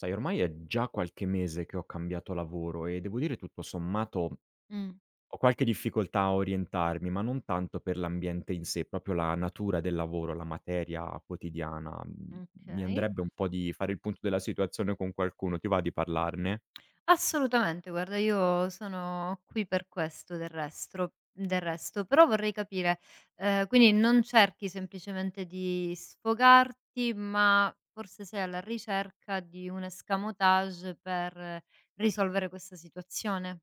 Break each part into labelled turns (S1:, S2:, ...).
S1: Sai, ormai è già qualche mese che ho cambiato lavoro e devo dire tutto sommato
S2: Mh,
S1: ho qualche difficoltà a orientarmi, ma non tanto per l'ambiente in sé, proprio la natura del lavoro, la materia quotidiana. Mi
S2: okay.
S1: andrebbe un po' di fare il punto della situazione con qualcuno, ti va di parlarne?
S2: Assolutamente, guarda io sono qui per questo del resto, però vorrei capire, quindi non cerchi semplicemente di sfogarti, ma forse sei alla ricerca di un escamotage per risolvere questa situazione?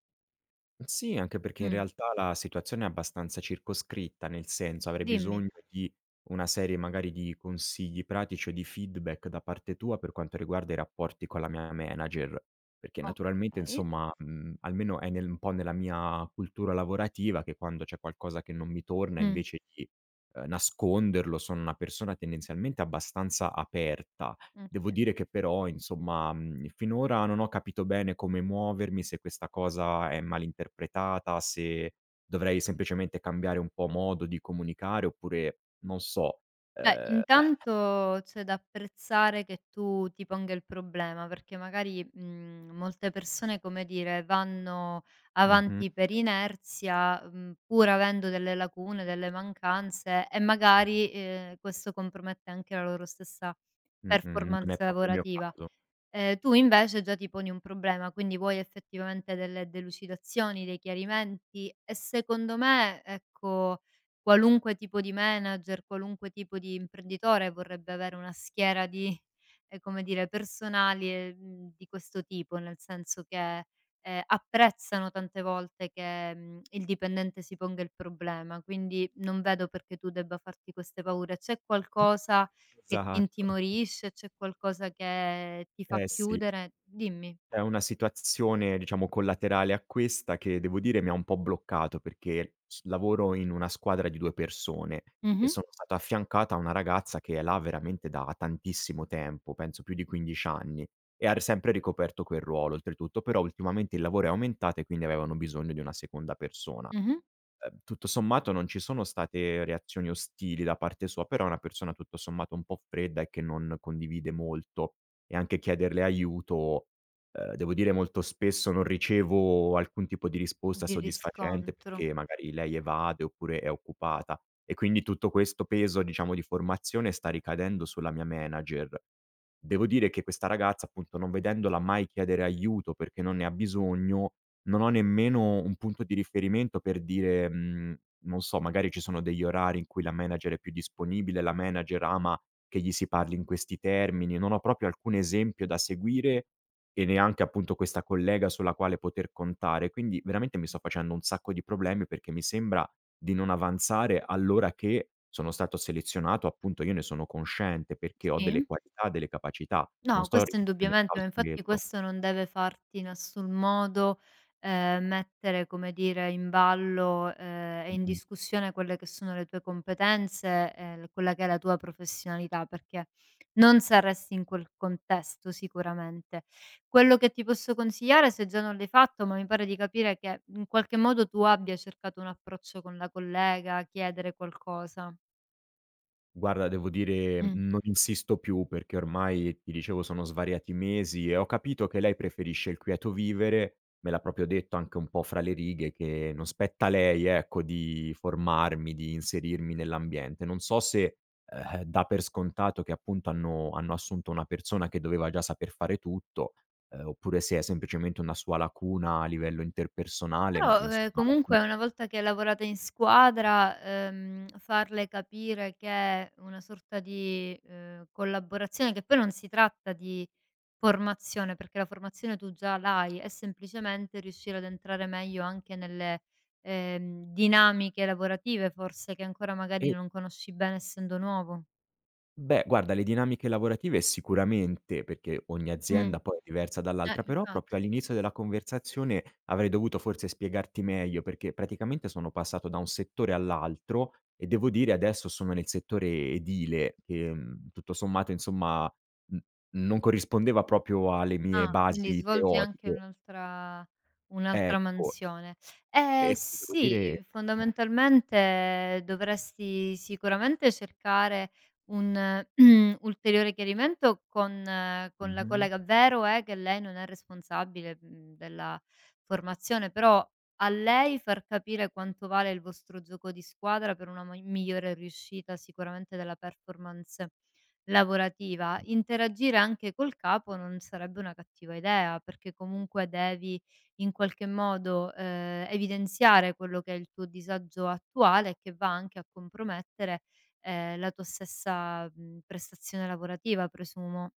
S1: Sì, anche perché in
S2: Mh,
S1: realtà la situazione è abbastanza circoscritta, nel senso avrei
S2: dimmi.
S1: bisogno di una serie magari di consigli pratici o di feedback da parte tua per quanto riguarda i rapporti con la mia manager, perché naturalmente
S2: Okay.
S1: insomma, almeno è nel un po' nella mia cultura lavorativa che quando c'è qualcosa che non mi torna
S2: Mh.
S1: invece di nasconderlo, sono una persona tendenzialmente abbastanza aperta. Devo
S2: oka
S1: dire che però, insomma, finora non ho capito bene come muovermi, se questa cosa è malinterpretata, se dovrei semplicemente cambiare un po' modo di comunicare oppure non so.
S2: Beh,
S1: Ehm,
S2: intanto c'è da apprezzare che tu ti ponga il problema, perché magari, molte persone, come dire, vanno
S1: mh-mh,
S2: avanti per inerzia, pur avendo delle lacune, delle mancanze e magari, questo compromette anche la loro stessa
S1: mh-mh, non
S2: performance
S1: è proprio il mio
S2: lavorativa.
S1: caso.
S2: Tu invece già ti poni un problema, quindi vuoi effettivamente delle delucidazioni, dei chiarimenti e secondo me, ecco, qualunque tipo di manager, qualunque tipo di imprenditore vorrebbe avere una schiera di come dire, personali, di questo tipo, nel senso che, apprezzano tante volte che, il dipendente si ponga il problema, quindi non vedo perché tu debba farti queste paure. C'è qualcosa che ti
S1: Esatto.
S2: intimorisce? C'è qualcosa che ti fa
S1: Eh sì.
S2: chiudere? Dimmi.
S1: È una situazione, diciamo, collaterale a questa che devo dire mi ha un po' bloccato perché s lavoro in una squadra di 2 persone e
S2: Mh-mh.
S1: sono stato affiancato a una ragazza che è là veramente da tantissimo tempo, penso più di 15 anni, e ha r sempre ricoperto quel ruolo, oltretutto, però ultimamente il lavoro è aumentato e quindi avevano bisogno di una seconda persona.
S2: Mh-mh.
S1: Tutto sommato non ci sono state reazioni ostili da parte sua, però è una persona tutto sommato un po' fredda e che non condivide molto, e anche chiederle aiuto, devo dire molto spesso non ricevo alcun tipo di risposta
S2: Di
S1: soddisfacente,
S2: riscontro.
S1: perché magari lei evade oppure è occupata e quindi tutto questo peso, diciamo, di formazione sta ricadendo sulla mia manager. Devo dire che questa ragazza, appunto, non vedendola mai chiedere aiuto perché non ne ha bisogno, non ho nemmeno un punto di riferimento per dire, non so, magari ci sono degli orari in cui la manager è più disponibile, la manager ama che gli si parli in questi termini. Non ho proprio alcun esempio da seguire e neanche appunto questa collega sulla quale poter contare. Quindi veramente mi sto facendo un sacco di problemi perché mi sembra di non avanzare all'ora che sono stato selezionato. Appunto, io ne sono consciente perché ho delle
S2: Sì.
S1: qualità, delle capacità, non
S2: No,
S1: sto
S2: questo
S1: rimettendo in
S2: indubbiamente, ma
S1: causa
S2: infatti
S1: quello.
S2: questo non deve farti in nessun modo, mettere, come dire, in ballo, e in
S1: Mh-mh.
S2: discussione quelle che sono le tue competenze e l quella che è la tua professionalità, perché non saresti in quel contesto sicuramente. Quello che ti posso consigliare, se già non l'hai fatto, ma mi pare di capire che in qualche modo tu abbia cercato un approccio con la collega, chiedere qualcosa.
S1: Guarda, devo dire, non insisto più perché ormai, ti dicevo, sono svariati mesi e ho capito che lei preferisce il quieto vivere. Me l'ha proprio detto anche un po' fra le righe che non spetta a lei, ecco, di formarmi, di inserirmi nell'ambiente. Non so se, dà per scontato che appunto hanno assunto una persona che doveva già saper fare tutto, oppure se è semplicemente una sua lacuna a livello interpersonale, ma
S2: Però,
S1: insomma alla fine.
S2: comunque una volta che lavorate in squadra, farle capire che è una sorta di collaborazione che poi non si tratta di formazione, perché la formazione tu già l'hai, è semplicemente riuscire ad entrare meglio anche nelle dinamiche lavorative forse che ancora magari non conosci bene essendo nuovo.
S1: Beh, guarda, le dinamiche lavorative sicuramente, perché ogni
S2: Mh,
S1: azienda poi è diversa
S2: eh
S1: dall'altra, però proprio
S2: infatti.
S1: all'inizio della conversazione avrei dovuto forse spiegarti meglio, perché praticamente sono passato da un settore all'altro e devo dire adesso sono nel settore edile, che tutto sommato, insomma, n- non corrispondeva proprio alle mie
S2: Ah, quindi
S1: basi
S2: svolgi anche
S1: teoriche.
S2: un'altra
S1: Ecco,
S2: mansione. Eh
S1: e quindi devo dire...
S2: sì, fondamentalmente dovresti sicuramente cercare un ulteriore chiarimento con la collega. Vero è che lei non è responsabile, della formazione, però a lei far capire quanto vale il vostro gioco di squadra per una migliore riuscita sicuramente della performance lavorativa, interagire anche col capo non sarebbe una cattiva idea, perché comunque devi in qualche modo, evidenziare quello che è il tuo disagio attuale e che va anche a compromettere, la tua stessa, prestazione lavorativa presumo.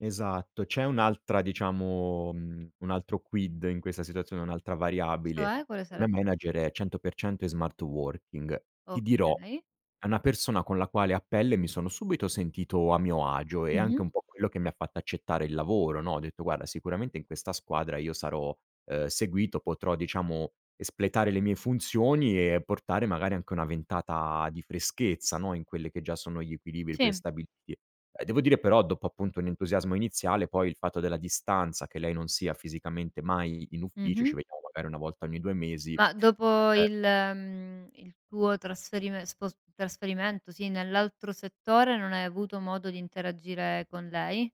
S1: Esatto. C'è un'altra diciamo un altro quid in questa situazione, un'altra variabile.
S2: Cioè, quale
S1: La mia
S2: sarebbe?
S1: manager è 100% in smart working. Ti dirò,
S2: Okay.
S1: è una persona con la quale a pelle mi sono subito sentito a mio agio, e anche
S2: Mh-mh.
S1: un po' quello che mi ha fatto accettare il lavoro, no, ho detto: "Guarda, sicuramente in questa squadra io sarò, seguito, potrò diciamo espletare le mie funzioni e portare magari anche una ventata di freschezza, no, in quelle che già sono gli equilibri
S2: Sì.
S1: prestabiliti". Devo dire però dopo appunto un entusiasmo iniziale, poi il fatto della distanza, che lei non sia fisicamente mai in ufficio, ci
S2: Mh-mh.
S1: vediamo magari 1 volta ogni 2 mesi.
S2: Ma dopo il tuo trasferimento, sì, nell'altro settore non hai avuto modo di interagire con lei?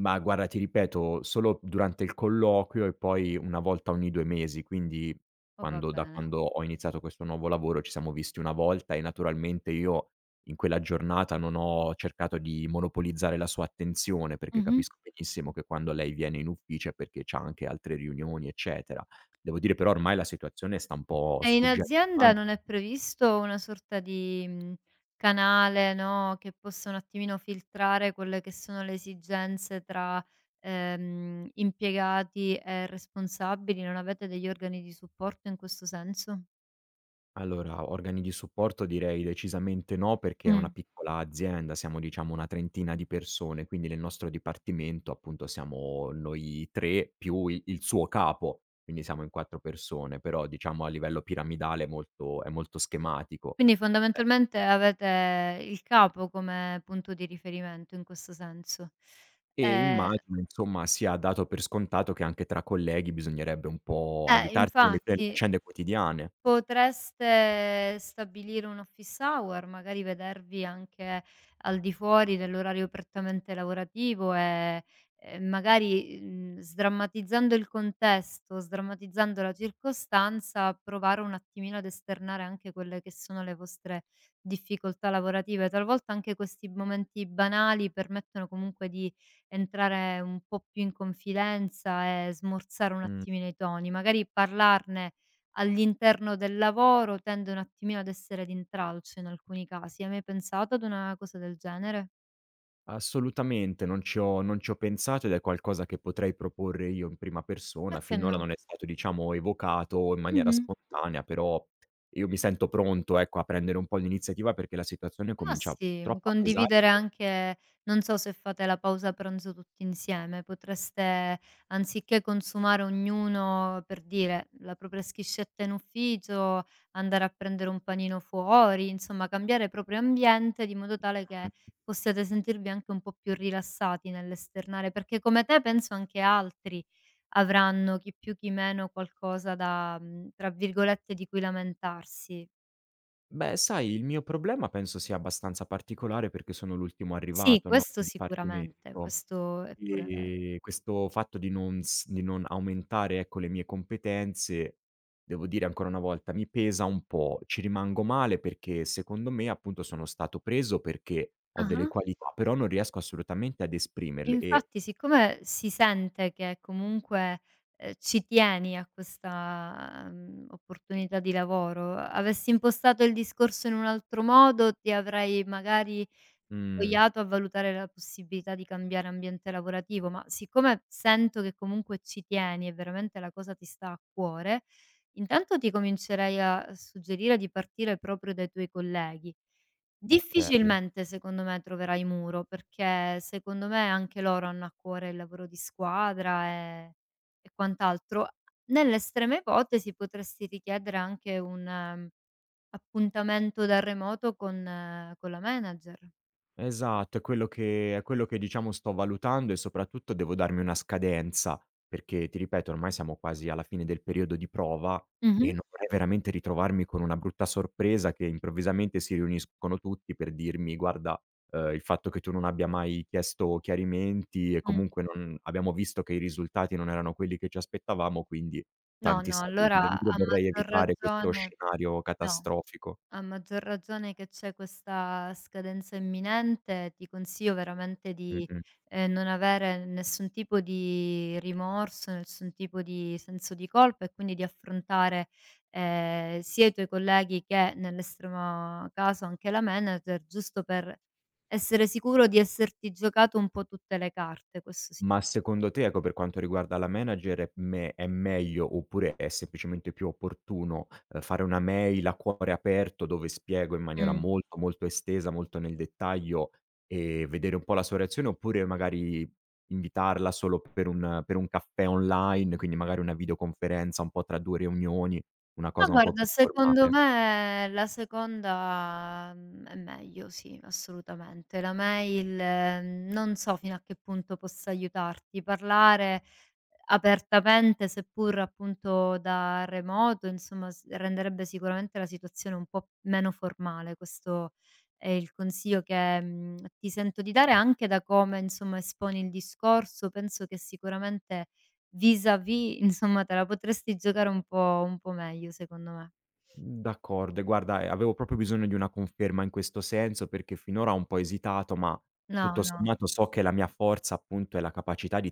S1: Ma guarda, ti ripeto, solo durante il colloquio e poi 1 volta ogni 2 mesi, quindi
S2: Oh, va
S1: quando da
S2: bene.
S1: quando ho iniziato questo nuovo lavoro ci siamo visti 1 volta e naturalmente io in quella giornata non ho cercato di monopolizzare la sua attenzione, perché
S2: Mh-mh.
S1: capisco benissimo che quando lei viene in ufficio è perché c'ha anche altre riunioni, eccetera. Devo dire però ormai la situazione sta un po'
S2: E in
S1: sfuggendo di mano.
S2: azienda non è previsto una sorta di canale, no, che possa un attimino filtrare quelle che sono le esigenze tra impiegati e responsabili? Non avete degli organi di supporto in questo senso?
S1: Allora, organi di supporto direi decisamente no, perché è una
S2: Mh.
S1: piccola azienda, siamo diciamo una trentina di persone, quindi nel nostro dipartimento appunto siamo noi 3 più i il suo capo, quindi siamo in 4 persone, però diciamo a livello piramidale è molto schematico.
S2: Quindi fondamentalmente avete il capo come punto di riferimento in questo senso.
S1: E
S2: Ehm
S1: immagino insomma sia dato per scontato che anche tra colleghi bisognerebbe un po'
S2: eh,
S1: aiutarsi nelle
S2: infatti.
S1: faccende quotidiane.
S2: Potreste stabilire un office hour, magari vedervi anche al di fuori dell'orario prettamente lavorativo e, magari, sdrammatizzando il contesto, sdrammatizzando la circostanza, provare un attimino ad esternare anche quelle che sono le vostre difficoltà lavorative. Talvolta anche questi momenti banali permettono comunque di entrare un po' più in confidenza e smorzare un
S1: Mh.
S2: attimino i toni. Magari parlarne all'interno del lavoro tende un attimino ad essere d'intralcio in alcuni casi. Hai mai pensato ad una cosa del genere?
S1: Assolutamente, non ci ho pensato ed è qualcosa che potrei proporre io in prima persona.
S2: Perché
S1: Finora
S2: no?
S1: non è stato, diciamo, evocato in maniera
S2: Mh-mh.
S1: spontanea, però io mi sento pronto, ecco, a prendere un po' l'iniziativa perché la situazione
S2: Ma
S1: comincia
S2: sì,
S1: troppo a pesare.
S2: condividere anche non so se fate la pausa pranzo tutti insieme, potreste anziché consumare ognuno, per dire, la propria schiscetta in ufficio, andare a prendere un panino fuori, insomma cambiare proprio ambiente di modo tale
S1: Mh.
S2: che possiate sentirvi anche un po' più rilassati nell'esternare, perché come te penso anche altri avranno chi più chi meno qualcosa da tra virgolette, "di cui lamentarsi".
S1: Beh, sai, il mio problema penso sia abbastanza particolare perché sono l'ultimo
S2: Sì,
S1: arrivato, no,
S2: questo
S1: nel dipartimento.
S2: sicuramente, questo è pure vero.
S1: Questo fatto di non aumentare, ecco, le mie competenze, devo dire ancora una volta, mi pesa un po'. Ci rimango male perché secondo me, appunto, sono stato preso perché ho delle
S2: Ah-ah.
S1: qualità, però non riesco assolutamente ad esprimerle e
S2: Infatti, siccome si sente che comunque, ci tieni a questa opportunità di lavoro, avessi impostato il discorso in un altro modo, ti avrei magari
S1: mhmm,
S2: spogliato a valutare la possibilità di cambiare ambiente lavorativo, ma siccome sento che comunque ci tieni e veramente la cosa ti sta a cuore, intanto ti comincerei a suggerire di partire proprio dai tuoi colleghi.
S1: okay.
S2: Difficilmente secondo me troverai muro, perché secondo me anche loro hanno a cuore il lavoro di squadra e quant'altro. Nell'estrema ipotesi potresti richiedere anche un appuntamento da remoto con la manager.
S1: Esatto, è quello che diciamo sto valutando e soprattutto devo darmi una scadenza, perché ti ripeto ormai siamo quasi alla fine del periodo di prova
S2: Mh-mh.
S1: e non vorrei veramente ritrovarmi con una brutta sorpresa che improvvisamente si riuniscono tutti per dirmi: "Guarda, il fatto che tu non abbia mai chiesto chiarimenti e
S2: Mh.
S1: comunque non abbiamo visto che i risultati non erano quelli che ci aspettavamo, quindi
S2: No,
S1: tanti
S2: no,
S1: saluti." Devo
S2: allora
S1: dire
S2: a
S1: vorrei
S2: maggior
S1: evitare questo
S2: ragione
S1: scenario
S2: no.
S1: catastrofico.
S2: A maggior ragione che c'è questa scadenza imminente, ti consiglio veramente di,
S1: Mh-mh.
S2: ehm, non avere nessun tipo di rimorso, nessun tipo di senso di colpa e quindi di affrontare sia i tuoi colleghi che, nell'estremo caso, anche la manager, giusto per essere sicuro di esserti giocato un po' tutte le carte, questo sì.
S1: Ma secondo te, ecco, per quanto riguarda la manager è meglio oppure è semplicemente più opportuno, fare una mail a cuore aperto dove spiego in maniera
S2: Mh.
S1: molto, molto estesa, molto nel dettaglio e vedere un po' la sua reazione, oppure magari invitarla solo per un caffè online, quindi magari una videoconferenza un po' tra 2 riunioni, una
S2: Ma
S1: cosa un po' più
S2: guarda, secondo
S1: formale?
S2: me la seconda è meglio, sì, assolutamente. La mail non so fino a che punto possa aiutarti. Parlare apertamente, seppur appunto da remoto, insomma, s renderebbe sicuramente la situazione un po' meno formale. Questo è il consiglio che ti sento di dare, anche da come, insomma, esponi il discorso. Penso che sicuramente vis-à-vis, insomma, te la potresti giocare un po' meglio secondo me.
S1: D'accordo, e guarda, avevo proprio bisogno di una conferma in questo senso, perché finora ho un po' esitato, ma tutto
S2: No, no.
S1: sommato so che la mia forza, appunto, è la capacità di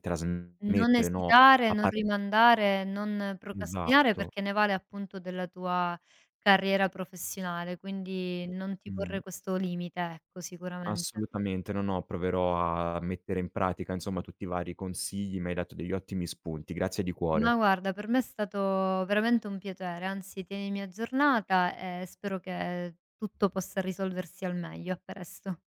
S2: Non
S1: trasmettere, no,
S2: esitare,
S1: a
S2: non
S1: par
S2: rimandare, non procrastinare
S1: esatto,
S2: perché ne vale appunto della tua carriera professionale, quindi non ti
S1: mh,
S2: porre questo limite, ecco, sicuramente.
S1: assolutamente. No, no, proverò a mettere in pratica, insomma, tutti i vari consigli, mi hai dato degli ottimi spunti. Grazie di
S2: Ma
S1: cuore.
S2: guarda, per me è stato veramente un piacere, anzi tienimi aggiornata e spero che tutto possa risolversi al meglio. A presto.